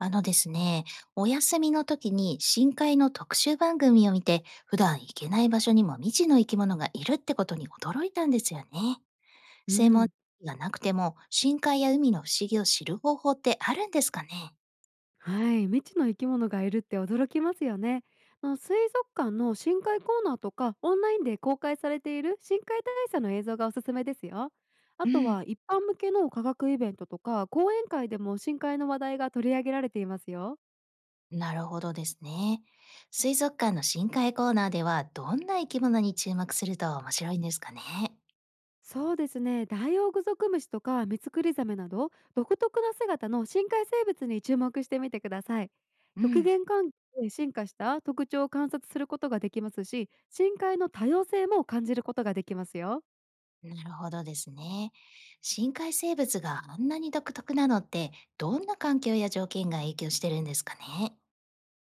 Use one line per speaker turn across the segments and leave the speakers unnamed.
あのですね、お休みの時に深海の特集番組を見て、普段行けない場所にも未知の生き物がいるってことに驚いたんですよね。
う
専門知
ん、
識がなくても、深海や海の不思議を知る方法ってあるんですかね？
はい、未知の生き物がいるって驚きますよね。水族館の深海コーナーとかオンラインで公開されている深海大佐の映像がおすすめですよ。あ
う
と
ん、
は一般向けの科学イベントとか講演会でも深海の話題が取り上げられていますよ。
なるほどですね。水族館の深海コーナーでは、どんな生き物に注目すると面白いんですかね？
そうですね、ダイオウグソクムシとかミツクリザメなど独特な姿の深海生物に注目してみてください。
う
極
ん、
限環境で進化した特徴を観察することができますし、深海の多様性も感じることができますよ。
なるほどですね。深海生物があんなに独特なのって、どんな環境や条件が影響してるんですかね？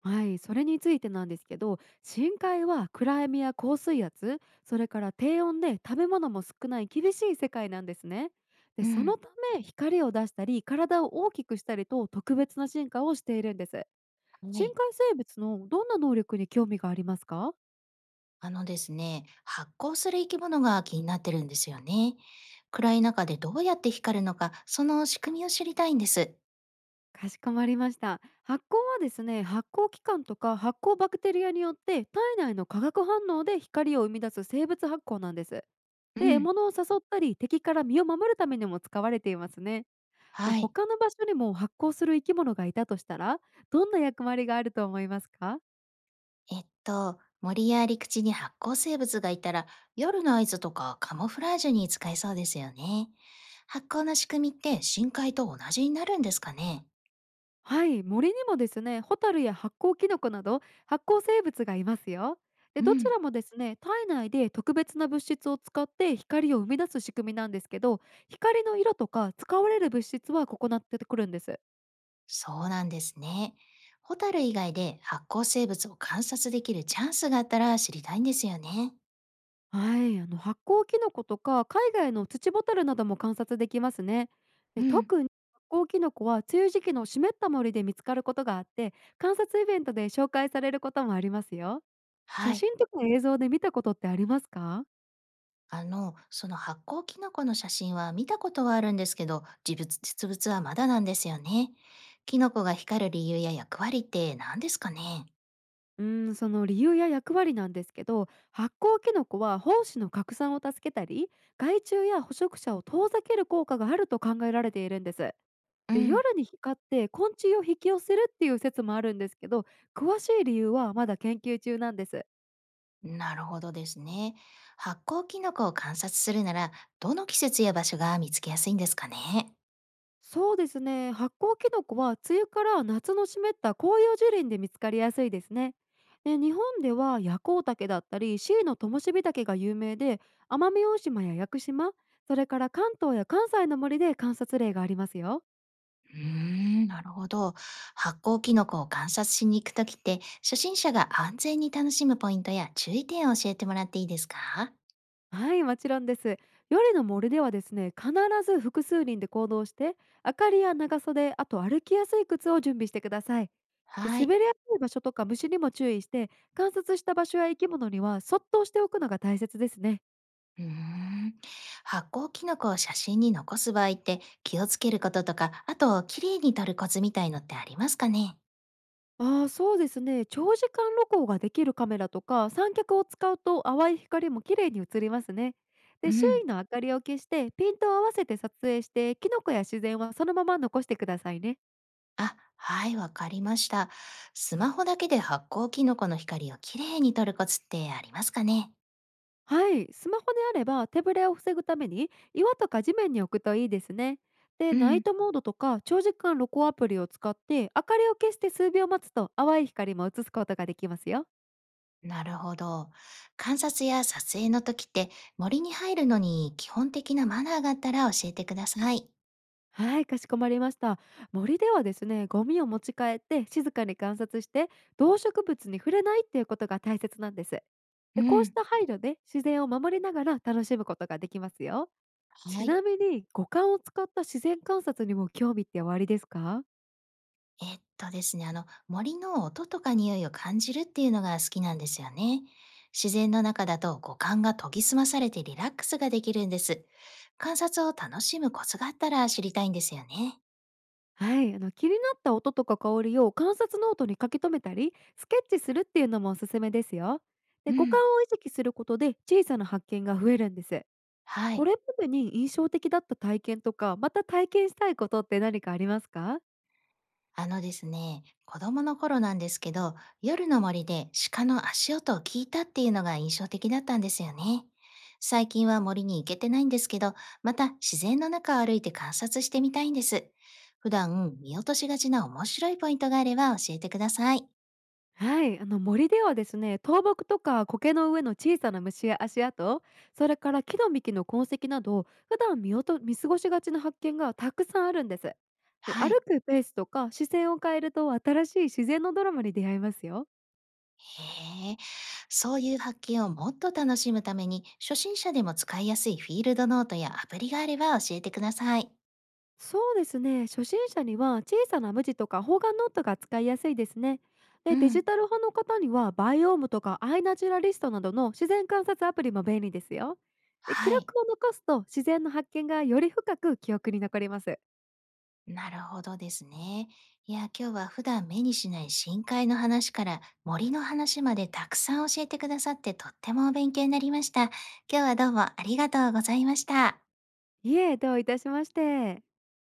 はい、それについてなんですけど、深海は暗闇や高水圧、それから低温で食べ物も少ない厳しい世界なんですね。で、
う
そ
ん、
のため光を出したり体を大きくしたりと特別な進化をしているんです。
は
深
い。
海生物のどんな能力に興味がありますか？
あのですね、発光する生き物が気になってるんですよね。暗い中でどうやって光るのか、その仕組みを知りたいんです。
かしこまりました。発光はですね、発光器官とか発光バクテリアによって体内の化学反応で光を生み出す生物発光なんです。
う
で、獲
ん、
物を誘ったり敵から身を守るためにも使われていますね。
はい。
他の場所にも発光する生き物がいたとしたら、どんな役割があると思いますか？
森や陸地に発光生物がいたら、夜の合図とかカモフラージュに使えそうですよね。発光の仕組みって深海と同じになるんですかね？
はい、森にもですね、ホタルや発酵キノコなど発酵生物がいますよ。で、
う
どち
ん。
らもですね、体内で特別な物質を使って光を生み出す仕組みなんですけど、光の色とか使われる物質は異なってくるんです。
そうなんですね。ホタル以外で発光生物を観察できるチャンスがあったら知りたいんですよね。
はい、発酵キノコとか海外の土ボタルなども観察できますね。
う
で、
ん。
特に発酵キノコは梅雨時期の湿った森で見つかることがあって、観察イベントで紹介されることもありますよ。
は
写
い。
真とか映像で見たことってありますか？
あの、その発光キノコの写真は見たことはあるんですけど、実物はまだなんですよね。キノコが光る理由や役割って何ですかね？
その理由や役割なんですけど、発酵キノコは胞子の拡散を助けたり、害虫や捕食者を遠ざける効果があると考えられているんです。
う
で、
ん。
夜に光って昆虫を引き寄せるっていう説もあるんですけど、詳しい理由はまだ研究中なんです。
なるほどですね。発光キノコを観察するなら、どの季節や場所が見つけやすいんですかね？
そうですね、発酵キノコは梅雨から夏の湿った紅葉樹林で見つかりやすいですね。で、日本では夜光竹だったりシイのともしびたが有名で、奄美大島や屋久島、それから関東や関西の森で観察例がありますよ。
うーん、なるほど。発酵キノコを観察しに行くときって、初心者が安全に楽しむポイントや注意点を教えてもらっていいですか？
はい、もちろんです。夜の森ではですね、必ず複数人で行動して、明かりや長袖、あと歩きやすい靴を準備してください。で、
はい。
滑りやすい場所とか虫にも注意して、観察した場所や生き物にはそっとしておくのが大切ですね。
うーん。発酵キノコを写真に残す場合って気をつけることとか、あと、綺麗に撮るコツみたいのってありますかね？
ああ、そうですね。長時間露光ができるカメラとか三脚を使うと淡い光も綺麗に映りますね。
う
で、周囲
ん。
の明かりを消して、ピントを合わせて撮影して、キノコや自然はそのまま残してくださいね。
あ、はい、わかりました。スマホだけで発酵キノコの光を綺麗に撮るコツってありますかね？
はい、スマホであれば手ぶれを防ぐために岩とか地面に置くといいですね。で、
う
ナイ
ん。
トモードとか長時間録音アプリを使って明かりを消して数秒待つと淡い光も映すことができますよ。
なるほど。観察や撮影の時って森に入るのに基本的なマナーがあったら教えてください。
はい、かしこまりました。森ではですね、ゴミを持ち帰って静かに観察して、動植物に触れないっていうことが大切なんです。
う
で、こうし
ん。
た配慮で自然を守りながら楽しむことができますよ。
は
ち
い。
なみに五感を使った自然観察にも興味っておありですか？
えっとですね、あの森の音とか匂いを感じるっていうのが好きなんですよね。自然の中だと五感が研ぎ澄まされてリラックスができるんです。観察を楽しむコツがあったら知りたいんですよね。
はい、気になった音とか香りを観察ノートに書き留めたりスケッチするっていうのもおすすめですよ。
う
で、五感
ん。
を意識することで小さな発見が増えるんです。
は
こ
い。
れまでに印象的だった体験とか、また体験したいことって何かありますか？
あのですね、子供の頃なんですけど、夜の森で鹿の足音を聞いたっていうのが印象的だったんですよね。最近は森に行けてないんですけど、また自然の中を歩いて観察してみたいんです。普段見落としがちな面白いポイントがあれば教えてください。
はい、森ではですね、倒木とか苔の上の小さな虫や足跡、それから木の幹の痕跡など普段見落と見過ごしがちな発見がたくさんあるんです。で、
はい。
歩くペースとか視線を変えると新しい自然のドラマに出会えますよ。
へえ、そういう発見をもっと楽しむために、初心者でも使いやすいフィールドノートやアプリがあれば教えてください。
そうですね。初心者には小さな無地とか方眼ノートが使いやすいですね。
う
で、デ
ん。
ジタル派の方にはバイオームとかアイナチュラリストなどの自然観察アプリも便利ですよ。で、記
はい。
録を残すと自然の発見がより深く記憶に残ります。
なるほどですね。いや、今日は普段目にしない深海の話から森の話までたくさん教えてくださってとってもお勉強になりました。今日はどうもありがとうございました。
いえ、どういたしまして。